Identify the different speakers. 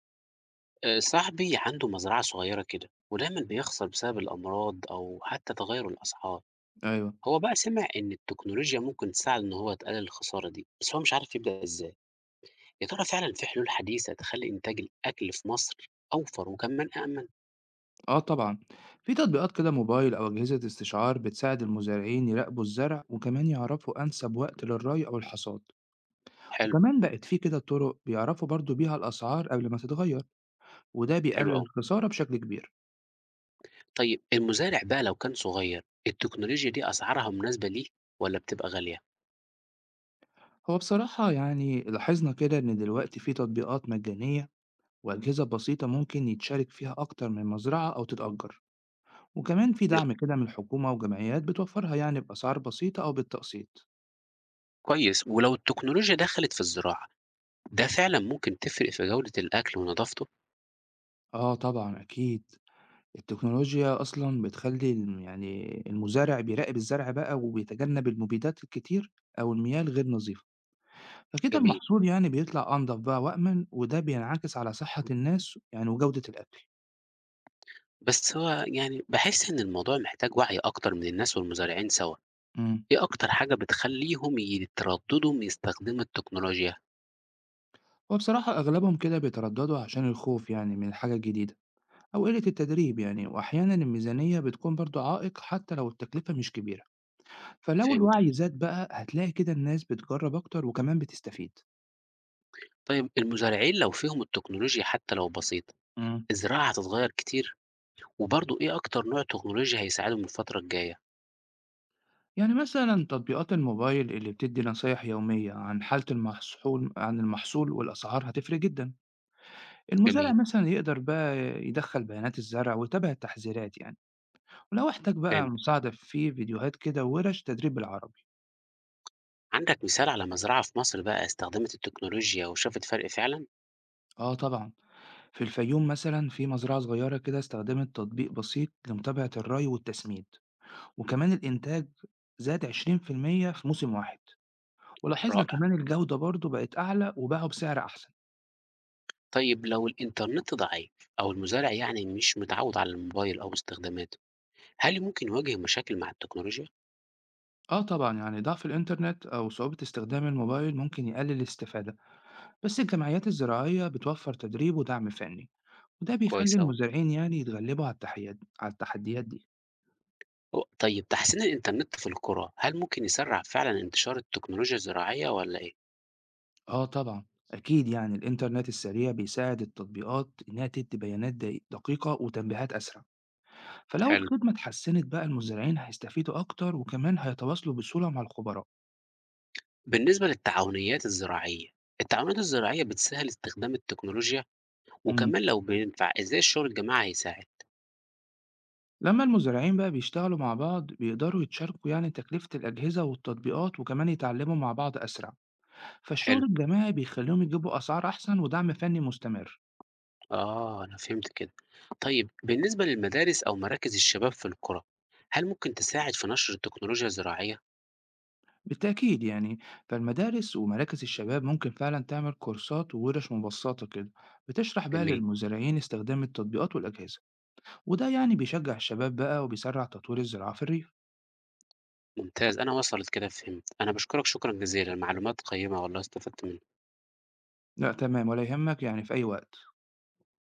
Speaker 1: صاحبي عنده مزرعة صغيرة كده، ودايمًا بيخسر بسبب الأمراض أو حتى تغير الأسعار،
Speaker 2: أيوه،
Speaker 1: هو بقى سمع إن التكنولوجيا ممكن تساعد إن هو يقلل الخسارة دي، بس هو مش عارف يبدأ إزاي، يا ترى فعلًا في حلول حديثة تخلي إنتاج الأكل في مصر أوفر وكمان أأمن؟
Speaker 2: آه طبعًا، في تطبيقات كده موبايل أو أجهزة استشعار بتساعد المزارعين يراقبوا الزرع، وكمان يعرفوا أنسب وقت للري أو الحصاد،
Speaker 1: حلو،
Speaker 2: وكمان بقت في كده طرق بيعرفوا برضه بيها الأسعار قبل ما تتغير، وده
Speaker 1: حلو
Speaker 2: بيقلل
Speaker 1: أوي.
Speaker 2: الخسارة بشكل كبير.
Speaker 1: طيب المزارع بقى لو كان صغير، التكنولوجيا دي أسعارها مناسبة ليه والّا بتبقى غالية؟
Speaker 2: هو بصراحة يعني لاحظنا كده إن دلوقتي في تطبيقات مجانية وأجهزة بسيطة ممكن يتشارك فيها أكتر من مزرعة أو تتأجر، وكمان في
Speaker 1: نعم،
Speaker 2: دعم كده من الحكومة وجمعيات بتوفرها يعني بأسعار بسيطة أو بالتقسيط.
Speaker 1: كويس، ولو التكنولوجيا دخلت في الزراعة، ده فعلًا ممكن تفرق في جودة الأكل ونضافته؟
Speaker 2: آه طبعًا أكيد. التكنولوجيا أصلًا بتخلّي المزارع بيراقب الزرع بقى وبيتجنب المبيدات الكتير أو المياه الغير نظيفة، فكده
Speaker 1: جميل.
Speaker 2: المحصول يعني بيطلع أنضف بقى وأأمن، وده بينعكس على صحة الناس يعني وجودة الأكل.
Speaker 1: بس هو يعني باحس إن الموضوع محتاج وعي أكتر من الناس والمزارعين سوا،
Speaker 2: إمم.
Speaker 1: إيه أكتر حاجة بتخلّيهم يترددوا من يستخدموا التكنولوجيا؟
Speaker 2: هو بصراحة أغلبهم كده بيترددوا عشان الخوف يعني من الحاجة الجديدة أو قلة التدريب يعني، وأحيانًا الميزانية بتكون برضه عائق حتى لو التكلفة مش كبيرة، فلو
Speaker 1: فهمت،
Speaker 2: الوعي زاد بقى هتلاقي كده الناس بتجرّب أكتر وكمان بتستفيد.
Speaker 1: طيب المزارعين لو فهموا التكنولوجيا حتى لو بسيطة،
Speaker 2: إمم.
Speaker 1: الزراعة هتتغير كتير؟ وبرضه إيه أكتر نوع تكنولوجيا هيساعدهم الفترة الجاية؟
Speaker 2: يعني مثلًا تطبيقات الموبايل اللي بتدّي نصايح يومية عن حالة المحصول عن المحصول والأسعار هتفرق جدًا، المزارع
Speaker 1: جميل،
Speaker 2: مثلًا يقدر بقى يدخّل بيانات الزرع ويتابع التحذيرات يعني، ولو احتاج بقى
Speaker 1: فهمت،
Speaker 2: مساعدة في فيديوهات كده وورش تدريب بالعربي.
Speaker 1: عندك مثال على مزرعة في مصر بقى استخدمت التكنولوجيا وشافت فرق فعلًا؟
Speaker 2: آه طبعًا، في الفيوم مثلًا في مزرعة صغيرة كده استخدمت تطبيق بسيط لمتابعة الري والتسميد، وكمان الإنتاج زاد 20% في المية في موسم واحد، ولاحظنا
Speaker 1: رائع،
Speaker 2: كمان الجودة برضه بقت أعلى وباعوا بسعر أحسن.
Speaker 1: طيب لو الإنترنت ضعيف أو المزارع يعني مش متعود على الموبايل أو استخداماته، هل ممكن يواجه مشاكل مع التكنولوجيا؟
Speaker 2: آه طبعًا، يعني ضعف الإنترنت أو صعوبة استخدام الموبايل ممكن يقلل الاستفادة، بس الجمعيات الزراعية بتوفر تدريب ودعم فني، وده بيخلي
Speaker 1: كويس أوي.
Speaker 2: المزارعين يعني يتغلبوا على التحديات دي.
Speaker 1: هو طيب تحسين الإنترنت في القرى، هل ممكن يسرّع فعلًا انتشار التكنولوجيا الزراعية والّا إيه؟
Speaker 2: آه طبعًا، أكيد يعني الإنترنت السريع بيساعد التطبيقات إنها تدي بيانات دقيقة وتنبيهات أسرع، فلو
Speaker 1: حلو.
Speaker 2: الخدمة اتحسنت بقى المزارعين هيستفيدوا أكتر وكمان هيتواصلوا بسهولة مع الخبراء.
Speaker 1: بالنسبة للتعاونيات الزراعية، التعاونيات الزراعية بتسهّل استخدام التكنولوجيا،
Speaker 2: إمم،
Speaker 1: وكمان لو بينفع إزاي الشغل الجماعي هيساعد؟
Speaker 2: لما المزارعين بقى بيشتغلوا مع بعض بيقدروا يتشاركوا يعني تكلفة الأجهزة والتطبيقات وكمان يتعلموا مع بعض أسرع. فالشغل
Speaker 1: حلو.
Speaker 2: الجماعي بيخليهم يجيبوا أسعار أحسن ودعم فني مستمر.
Speaker 1: آه، أنا فهمت كده. طيب بالنسبة للمدارس أو مراكز الشباب في القرى، هل ممكن تساعد في نشر التكنولوجيا الزراعية؟
Speaker 2: بالتأكيد يعني فالمدارس ومراكز الشباب ممكن فعلا تعمل كورسات وورش مبسطة كده بتشرح بقى
Speaker 1: جميل،
Speaker 2: للمزارعين استخدام التطبيقات والأجهزة، وده يعني بيشجع الشباب بقى وبيسرع تطوير الزراعة في الريف.
Speaker 1: ممتاز، أنا وصلت كده فهمت. أنا باشكرك شكرًا جزيلًا، معلومات قيّمة والله استفدت منك.
Speaker 2: لا، تمام ولا يهمك، يعني في أي وقت.